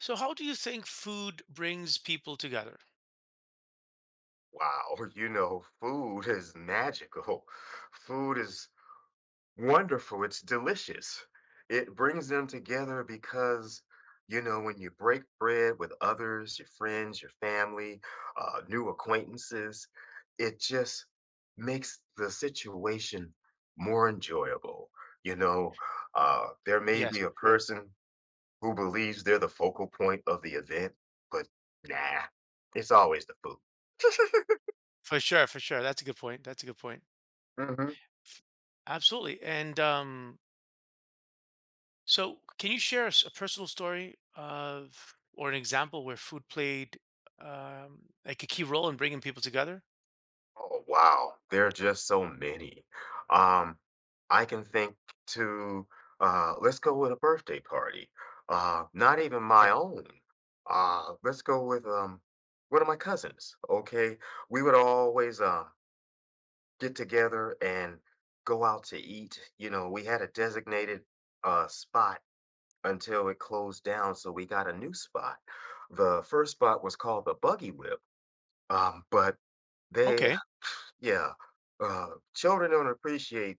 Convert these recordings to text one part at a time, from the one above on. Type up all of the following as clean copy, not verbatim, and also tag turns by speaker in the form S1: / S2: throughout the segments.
S1: So, how do you think food brings people together?
S2: Wow, you know, food is magical. Food is wonderful. It's delicious. It brings them together because, you know, when you break bread with others, your friends, your family, new acquaintances, it just makes the situation more enjoyable. You know, there may
S1: Yes,
S2: be a
S1: sure.
S2: person who believes they're the focal point of the event, but nah, it's always the food.
S1: For sure, for sure. That's a good point. That's a good point.
S2: Mhm.
S1: F- Absolutely. Can you share us a personal story of or an example where food played like a key role in bringing people together?
S2: Oh wow, there are just so many. Um, I can think to let's go with a birthday party. Not even my
S1: Sure.
S2: own. Let's go with one of my cousins. Okay, we would always get together and go out to eat. You know, we had a designated spot until it closed down, so we got a new spot. The first spot was called the Buggy Whip. But they
S1: Okay.
S2: yeah. Uh, Children don't appreciate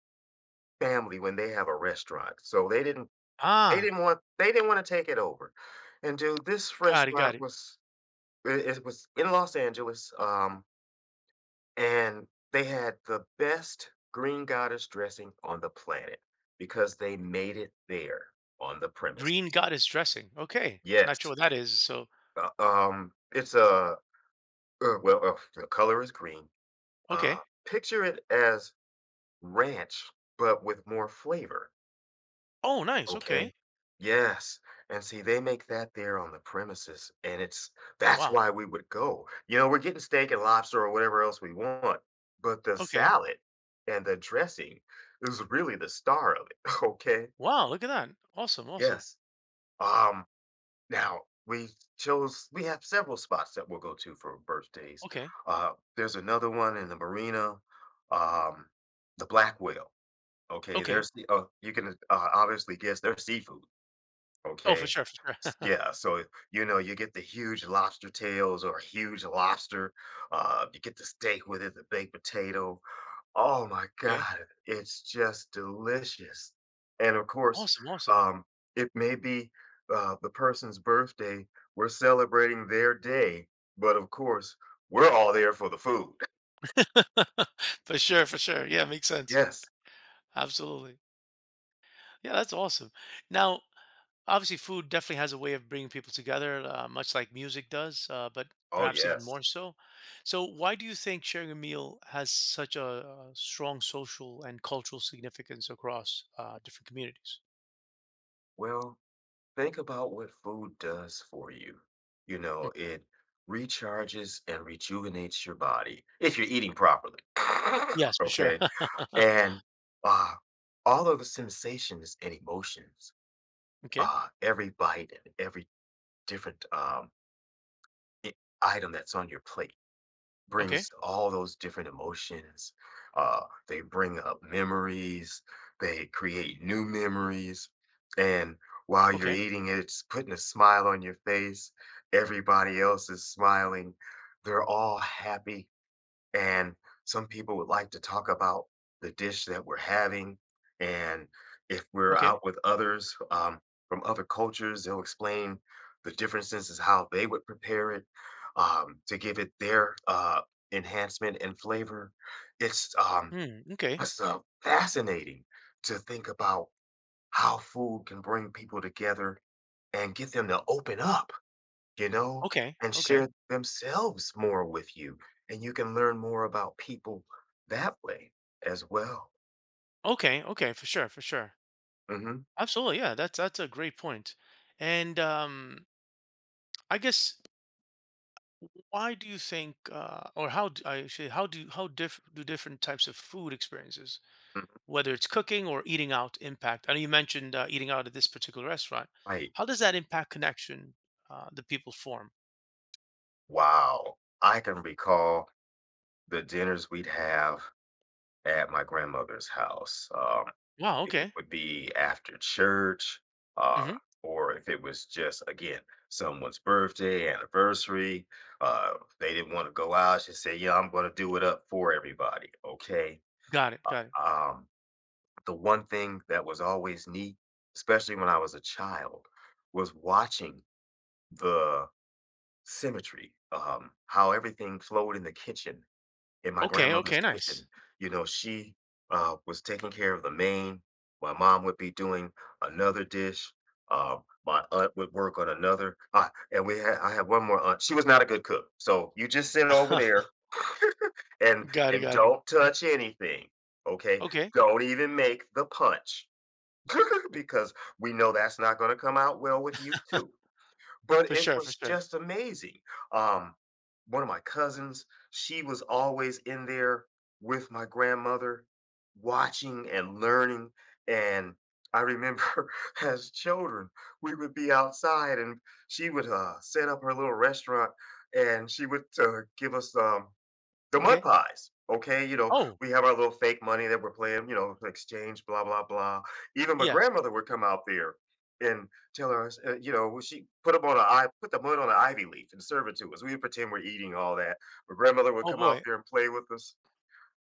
S2: family when they have a restaurant. So they didn't they didn't
S1: Ah,
S2: want they didn't want to take it over. And dude, this
S1: got it,
S2: restaurant
S1: got it.
S2: was it was in Los Angeles, and they had the best green goddess dressing on the planet because they made it there on the
S1: Green
S2: premises.
S1: goddess dressing. Okay. Not sure
S2: Yes.
S1: what that is. So,
S2: It's a well, the color is green. Uh,
S1: okay.
S2: picture it as ranch, but with more flavor.
S1: Oh, nice.
S2: Okay.
S1: Okay.
S2: Yes, and see, they make that there on the premises, and it's that's
S1: Wow.
S2: why we would go. You know, we're getting steak and lobster or whatever else we want, but the
S1: Okay.
S2: salad and the dressing is really the star of it, okay?
S1: Wow. Look at that. Awesome. Awesome.
S2: Yes. Um, now we chose we have several spots that we'll go to for birthdays.
S1: Okay.
S2: Uh, there's another one in the marina, um, the Black Whale. Okay,
S1: Okay.
S2: there's the you can obviously guess there's seafood.
S1: Oh, for
S2: Okay.
S1: sure, for sure.
S2: Yeah, so you know, you get the huge lobster tails or huge lobster. You get the steak with it, the baked potato. Oh my
S1: Okay.
S2: God, it's just delicious. And of course,
S1: Awesome, awesome.
S2: um, it may be the person's birthday. We're celebrating their day, but of course, we're all there for the food.
S1: For sure, for sure. Yeah, makes sense.
S2: Yes.
S1: Absolutely. Yeah, that's awesome. Now, obviously, food definitely has a way of bringing people together, much like music does, but
S2: Oh,
S1: perhaps even
S2: yes.
S1: more so. So, why do you think sharing a meal has such a, strong social and cultural significance across different communities?
S2: Well, think about what food does for you. You know,
S1: Mm.
S2: it recharges and rejuvenates your body if you're eating properly.
S1: Yes, for sure.
S2: Okay. And uh, all of the sensations and emotions,
S1: Okay.
S2: every bite and every different i- item that's on your plate
S1: Okay.
S2: brings all those different emotions. Uh, they bring up memories, they create new memories. And while you're
S1: Okay.
S2: eating it, it's putting a smile on your face. Everybody else is smiling. They're all happy and some people would like to talk about the dish that we're having. And if we're
S1: Okay.
S2: out with others from other cultures, they'll explain the differences is how they would prepare it to give it their enhancement and flavor. It's um,
S1: Mm, okay.
S2: it's fascinating to think about how food can bring people together and get them to open up, you know,
S1: Okay.
S2: and
S1: Okay.
S2: share themselves more with you, and you can learn more about people that way as well.
S1: Okay. Okay. For sure. For sure.
S2: Hmm.
S1: Absolutely, yeah. That's a great point. And I guess why do you think, or how d- I should, how do how diff do different types of food experiences, whether it's cooking or eating out, impact? I know you mentioned eating out at this particular restaurant.
S2: Right.
S1: How does that impact connection the people form?
S2: Wow. I can recall the dinners we'd have at my grandmother's house.
S1: Wow.
S2: If it
S1: Okay.
S2: would be after church, uh,
S1: hmm
S2: or if it was just, again, someone's birthday, anniversary, uh, they didn't want to go out. She said, yeah, I'm going to do it up for everybody. Okay.
S1: Got it.
S2: Uh,
S1: Got it.
S2: um, the one thing that was always neat, especially when I was a child, was watching the symmetry, how everything flowed in the kitchen, in my
S1: Okay.
S2: grandmother's
S1: Okay. Nice.
S2: kitchen. You know, she was taking care of the main. My mom would be doing another dish. Uh, my aunt would work on another. I had one more aunt. She was not a good cook. So you just sit over there and
S1: Got it. Got it.
S2: don't touch anything. Okay.
S1: Okay.
S2: Don't even make the punch because we know that's not going to come out well with you too. But
S1: For
S2: it
S1: sure. For
S2: was
S1: sure.
S2: just amazing. Um, one of my cousins, she was always in there with my grandmother, watching and learning. And I remember as children, we would be outside and she would set up her little restaurant and she would give us the mud
S1: Okay.
S2: pies, okay? You know,
S1: Oh
S2: we have our little fake money that we're playing, you know, exchange, blah, blah, blah. Even my
S1: yes.
S2: grandmother would come out there and tell us, you know, well, she put up on a I put the mud on an ivy leaf and serve it to us. We would pretend we're eating all that. My grandmother would
S1: Oh
S2: come out
S1: boy.
S2: there and play with us.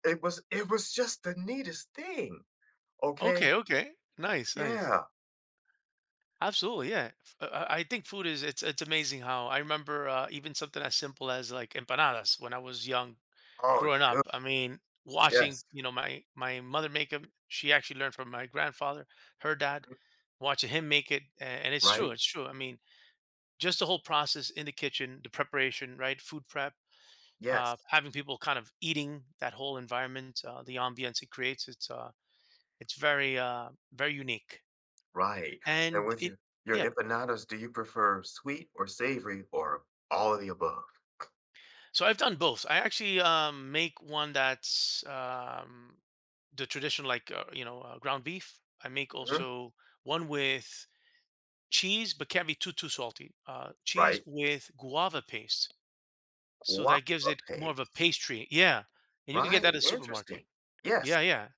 S2: It was just the neatest thing, okay?
S1: Okay. Okay. Nice. Nice.
S2: Yeah.
S1: Absolutely, yeah. I think food is it's amazing how I remember even something as simple as like empanadas when I was young,
S2: Oh,
S1: growing
S2: good.
S1: up. I mean, watching
S2: Yes.
S1: my mother make them. She actually learned from my grandfather, her dad, watching him make it, and it's true,
S2: Right?
S1: it's true. I mean, just the whole process in the kitchen, the preparation, right? Food prep,
S2: Yes.
S1: having people kind of eating that whole environment, the ambience it creates. It's very very unique,
S2: Right. And
S1: and
S2: with
S1: it
S2: your
S1: yeah.
S2: empanadas, do you prefer sweet or savory or all of the above?
S1: So I've done both. I actually make one that's the traditional, like ground beef. I make also one with cheese, but can't be too salty. Cheese
S2: Right,
S1: with guava paste, so that gives
S2: guava
S1: it more of a
S2: paste.
S1: pastry. Yeah, and you can get
S2: Right,
S1: that at the supermarket.
S2: interesting. Yes,
S1: Yeah, yeah.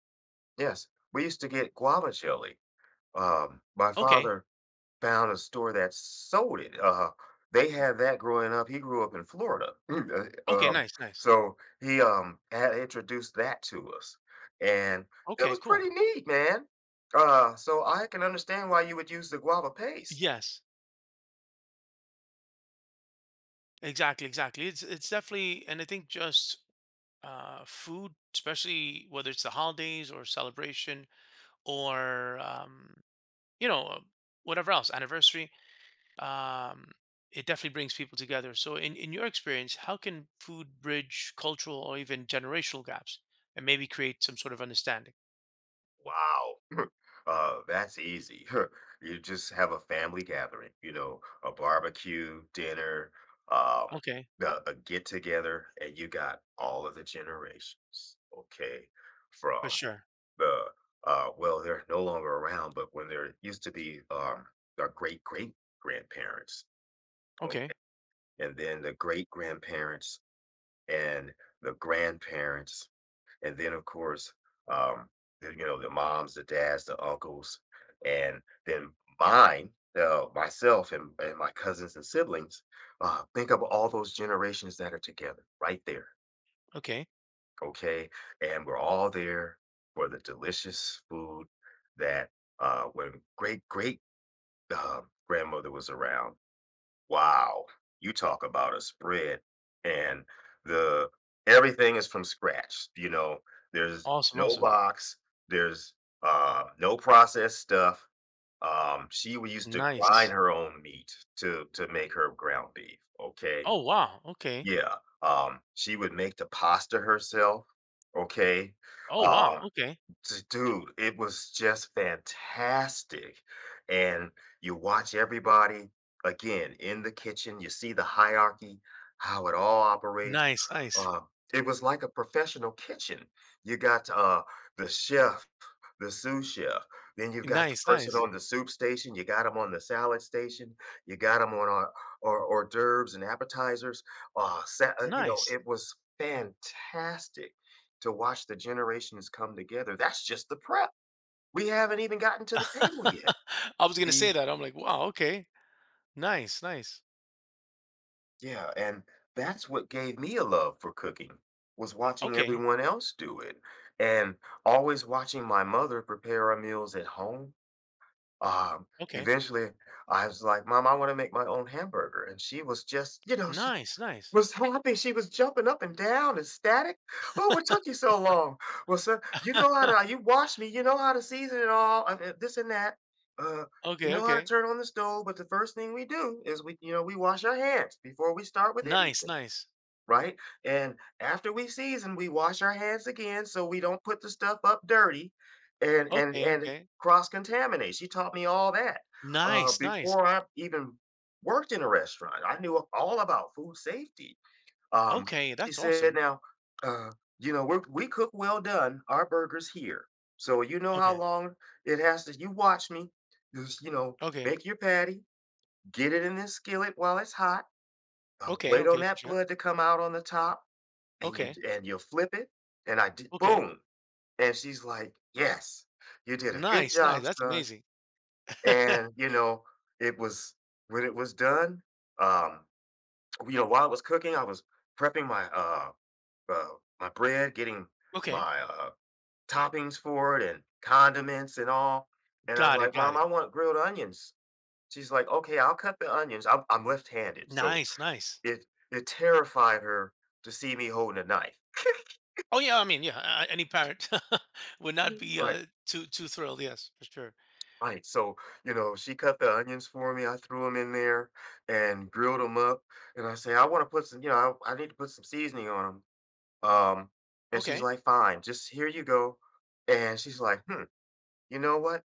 S2: yes, we used to get guava jelly. My
S1: Okay,
S2: father found a store that sold it, they had that growing up, he grew up in Florida,
S1: okay, nice, nice.
S2: so he, had introduced that to us, and it
S1: Okay,
S2: was
S1: cool.
S2: pretty neat, man. So I can understand why you would use the guava paste.
S1: Yes, exactly, exactly. It's definitely, and I think just food, especially whether it's the holidays or celebration or you know uh, whatever else anniversary um, it definitely brings people together. So in your experience, how can food bridge cultural or even generational gaps and maybe create some sort of understanding?
S2: Wow. That's easy. You just have a family gathering, you know, a barbecue, dinner, um,
S1: Okay,
S2: a get together, and you got all of the generations. Okay.
S1: for
S2: From
S1: sure.
S2: the, well, they're no longer around, but when there used to be our great great grandparents, okay,
S1: Okay,
S2: and then the great grandparents and the grandparents and then of course, um, the, you know, the moms, the dads, the uncles, and then mine, myself, and my cousins and siblings. Think of all those generations that are together right there,
S1: okay,
S2: okay? And we're all there for the delicious food that when great great uh, grandmother was around, wow, you talk about a spread and the everything is from scratch, you know, there's
S1: awesome,
S2: no
S1: awesome.
S2: box, there's, no processed stuff, she w used to grind
S1: Nice.
S2: her own meat to make her ground beef, okay?
S1: Oh wow, okay.
S2: Yeah, she would make the pasta herself, okay?
S1: Oh wow,
S2: Um
S1: okay.
S2: Dude, it was just fantastic. And you watch everybody again in the kitchen, you see the hierarchy, how it all operates.
S1: Nice, nice.
S2: Uh, it was like a professional kitchen. You got the chef, the sous chef, then you've got the
S1: Nice,
S2: person
S1: nice.
S2: on the soup station, you got them on the salad station, you got them on our hors d'oeuvres and appetizers. You know,
S1: Nice.
S2: it was fantastic to watch the generations come together. That's just the prep. We haven't even gotten to the table yet.
S1: I was gonna
S2: See?
S1: say that, I'm like, wow, okay. Nice, nice.
S2: Yeah, and that's what gave me a love for cooking was watching
S1: Okay,
S2: everyone else do it and always watching my mother prepare our meals at home. Um,
S1: okay.
S2: eventually I was like, "Mom, I want to make my own hamburger." And she was just, you know, she
S1: Nice, nice.
S2: was happy. She was jumping up and down, ecstatic. "Oh, what took you so long?" "Well, sir, you know how to you watched me, you know how to season it all, this and that. Uh, you
S1: Okay,
S2: know how to
S1: okay.
S2: turn on the stove, but the first thing we do is we, you know, we wash our hands before we start with
S1: Nice,
S2: anything,
S1: nice.
S2: right? And after we season, we wash our hands again so we don't put the stuff up dirty and
S1: Okay, okay.
S2: cross-contaminate." She taught me all that.
S1: Nice, nice.
S2: Before I even worked in a restaurant, I knew all about food safety, um,
S1: Okay,
S2: she
S1: that's
S2: said,
S1: awesome.
S2: "Now, uh, you know, we cook well done our burgers here, so you know how
S1: Okay,
S2: long it has to. You watch me, just, you know,
S1: okay,
S2: make your patty, get it in this skillet while it's hot,
S1: okay,
S2: wait on
S1: okay, for
S2: that
S1: sure.
S2: blood to come out on the top, and
S1: Okay,
S2: you'll flip it." And I did,
S1: okay.
S2: boom. And she's like, "Yes, you did a good
S1: Nice, nice.
S2: job,
S1: That's
S2: son."
S1: amazing.
S2: And you know, it was when it was done. Um, you know, while it was cooking, I was prepping my uh, my bread, getting
S1: Okay,
S2: my toppings for it and condiments and all. And I was
S1: got it,
S2: like,
S1: got
S2: "Mom,
S1: it.
S2: I want grilled onions." She's like, "Okay, I'll cut the onions." I'm left handed. So
S1: Nice, nice.
S2: it, it terrified her to see me holding a knife.
S1: Oh yeah, I mean, yeah, any parent would not
S2: Mm.
S1: be
S2: Right,
S1: too thrilled. Yes, for sure.
S2: right. So, you know, she cut the onions for me. I threw them in there and grilled them up. And I say, "I want to put some, you know, I need to put some seasoning on them." Um, and she's
S1: Okay,
S2: like, "Fine, just here you go." And she's like, "Hmm, you know what?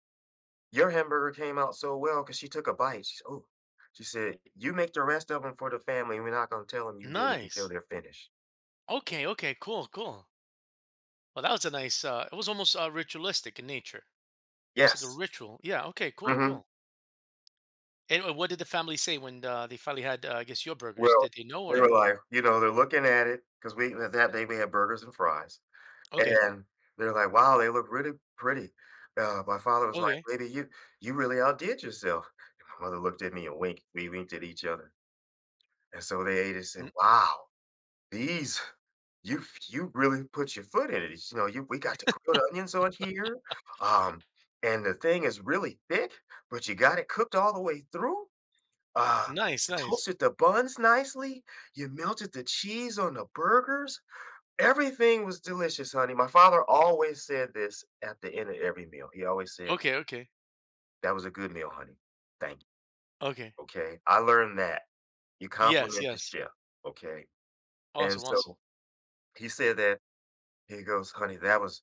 S2: Your hamburger came out so well," cause she took a bite. She said, "Ooh." She said, "You make the rest of them for the family, we're not gonna tell them you did it until
S1: nice.
S2: they're finished."
S1: Okay, okay, cool, cool. Well, that was a nice. It was almost ritualistic in nature, almost like a
S2: Yes.
S1: ritual. Yeah. Okay. Cool.
S2: Mhm.
S1: Cool. And what did the family say when they finally had, I guess, your burgers?
S2: Well,
S1: Did they know
S2: they were
S1: or?
S2: like you know, they're looking at it, cause we that that day we had burgers and fries,
S1: Okay,
S2: and they're like, "Wow, they look really pretty." My father was like,
S1: okay,
S2: "Baby, you really outdid yourself." And my mother looked at me and winked. We winked at each other, and so they ate and said,
S1: N-
S2: "Wow, these you you really put your foot in it, it's, you know, you we got the grilled onions on here, um, and the thing is really thick, but you got it cooked all the way through, uh,
S1: nice,
S2: you
S1: nice.
S2: toasted the buns nicely, you melted the cheese on the burgers, everything was delicious, honey." My father always said this at the end of every meal, he always said,
S1: Okay, okay,
S2: "That was a good meal, honey. Thank
S1: okay.
S2: you," okay? I learned that. You
S1: Yes,
S2: compliment the
S1: yes.
S2: chef, okay? And
S1: Awesome, awesome.
S2: so, he said that he goes, "Honey, that was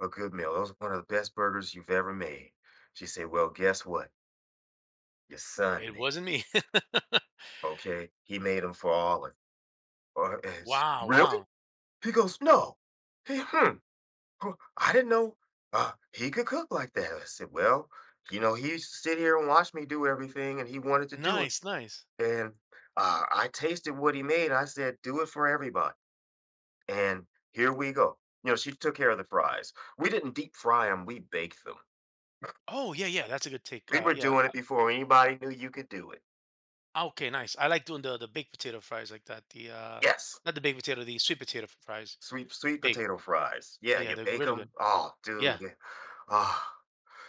S2: a good meal. That was one of the best burgers you've ever made." She said, "Well, guess what? Your son
S1: It
S2: made
S1: wasn't me.
S2: 'em, okay? He made them for all of you." Uh, and she
S1: Wow,
S2: "Really?"
S1: wow.
S2: He goes, "No. He hmm, I didn't know, he could cook like that." I said, "Well, you know, he used to sit here and watch me do everything, and he wanted to do it.
S1: Nice, nice.
S2: And, I tasted what he made, I said, 'Do it for everybody.' And here we go." You know, she took care of the fries. We didn't deep fry them. We baked them.
S1: Oh yeah, yeah. That's a good take.
S2: We were
S1: Yeah.
S2: doing it before anybody knew you could do it.
S1: Ah, okay, nice. I like doing the baked potato fries like that. The
S2: Yes,
S1: Not the baked potato, the sweet potato fries.
S2: sweet
S1: Baked.
S2: potato fries. Yeah,
S1: Yeah,
S2: you
S1: they're
S2: bake
S1: really
S2: them.
S1: good.
S2: Oh, dude,
S1: Yeah,
S2: yeah. Ah,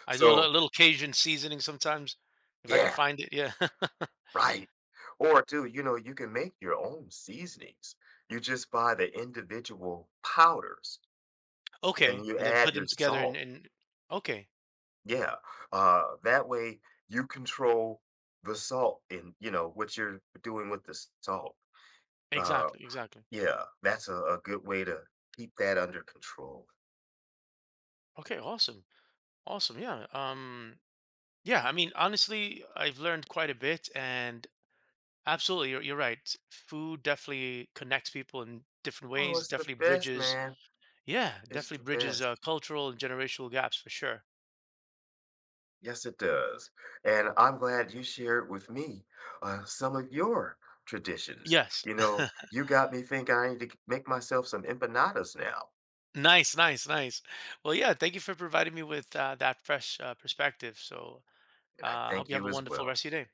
S1: I do a
S2: so
S1: little Cajun seasoning sometimes if I can
S2: yeah,
S1: find it. Yeah.
S2: right. Or dude, you know, you can make your own seasonings. You just buy the individual powders and
S1: Okay,
S2: you
S1: and then
S2: add
S1: put
S2: your
S1: them together
S2: salt.
S1: and okay,
S2: Yeah, that way you control the salt and you know what you're doing with the salt. Uh,
S1: exactly, exactly.
S2: yeah, that's a good way to keep that under control.
S1: Okay, awesome, awesome. Yeah, yeah. I mean, honestly, I've learned quite a bit, and absolutely, you're right. Food definitely connects people in different
S2: Oh,
S1: ways.
S2: it's the
S1: Definitely
S2: best,
S1: bridges.
S2: man.
S1: Yeah,
S2: It's the
S1: definitely bridges
S2: best.
S1: cultural and generational gaps for sure.
S2: Yes, it does. And I'm glad you shared with me some of your traditions.
S1: Yes.
S2: You know, you got me think I need to make myself some empanadas now.
S1: Nice, nice, nice. Well, yeah. Thank you for providing me with that fresh perspective. So,
S2: And I
S1: hope
S2: thank
S1: you have
S2: you
S1: a
S2: as
S1: wonderful
S2: well.
S1: rest of your day.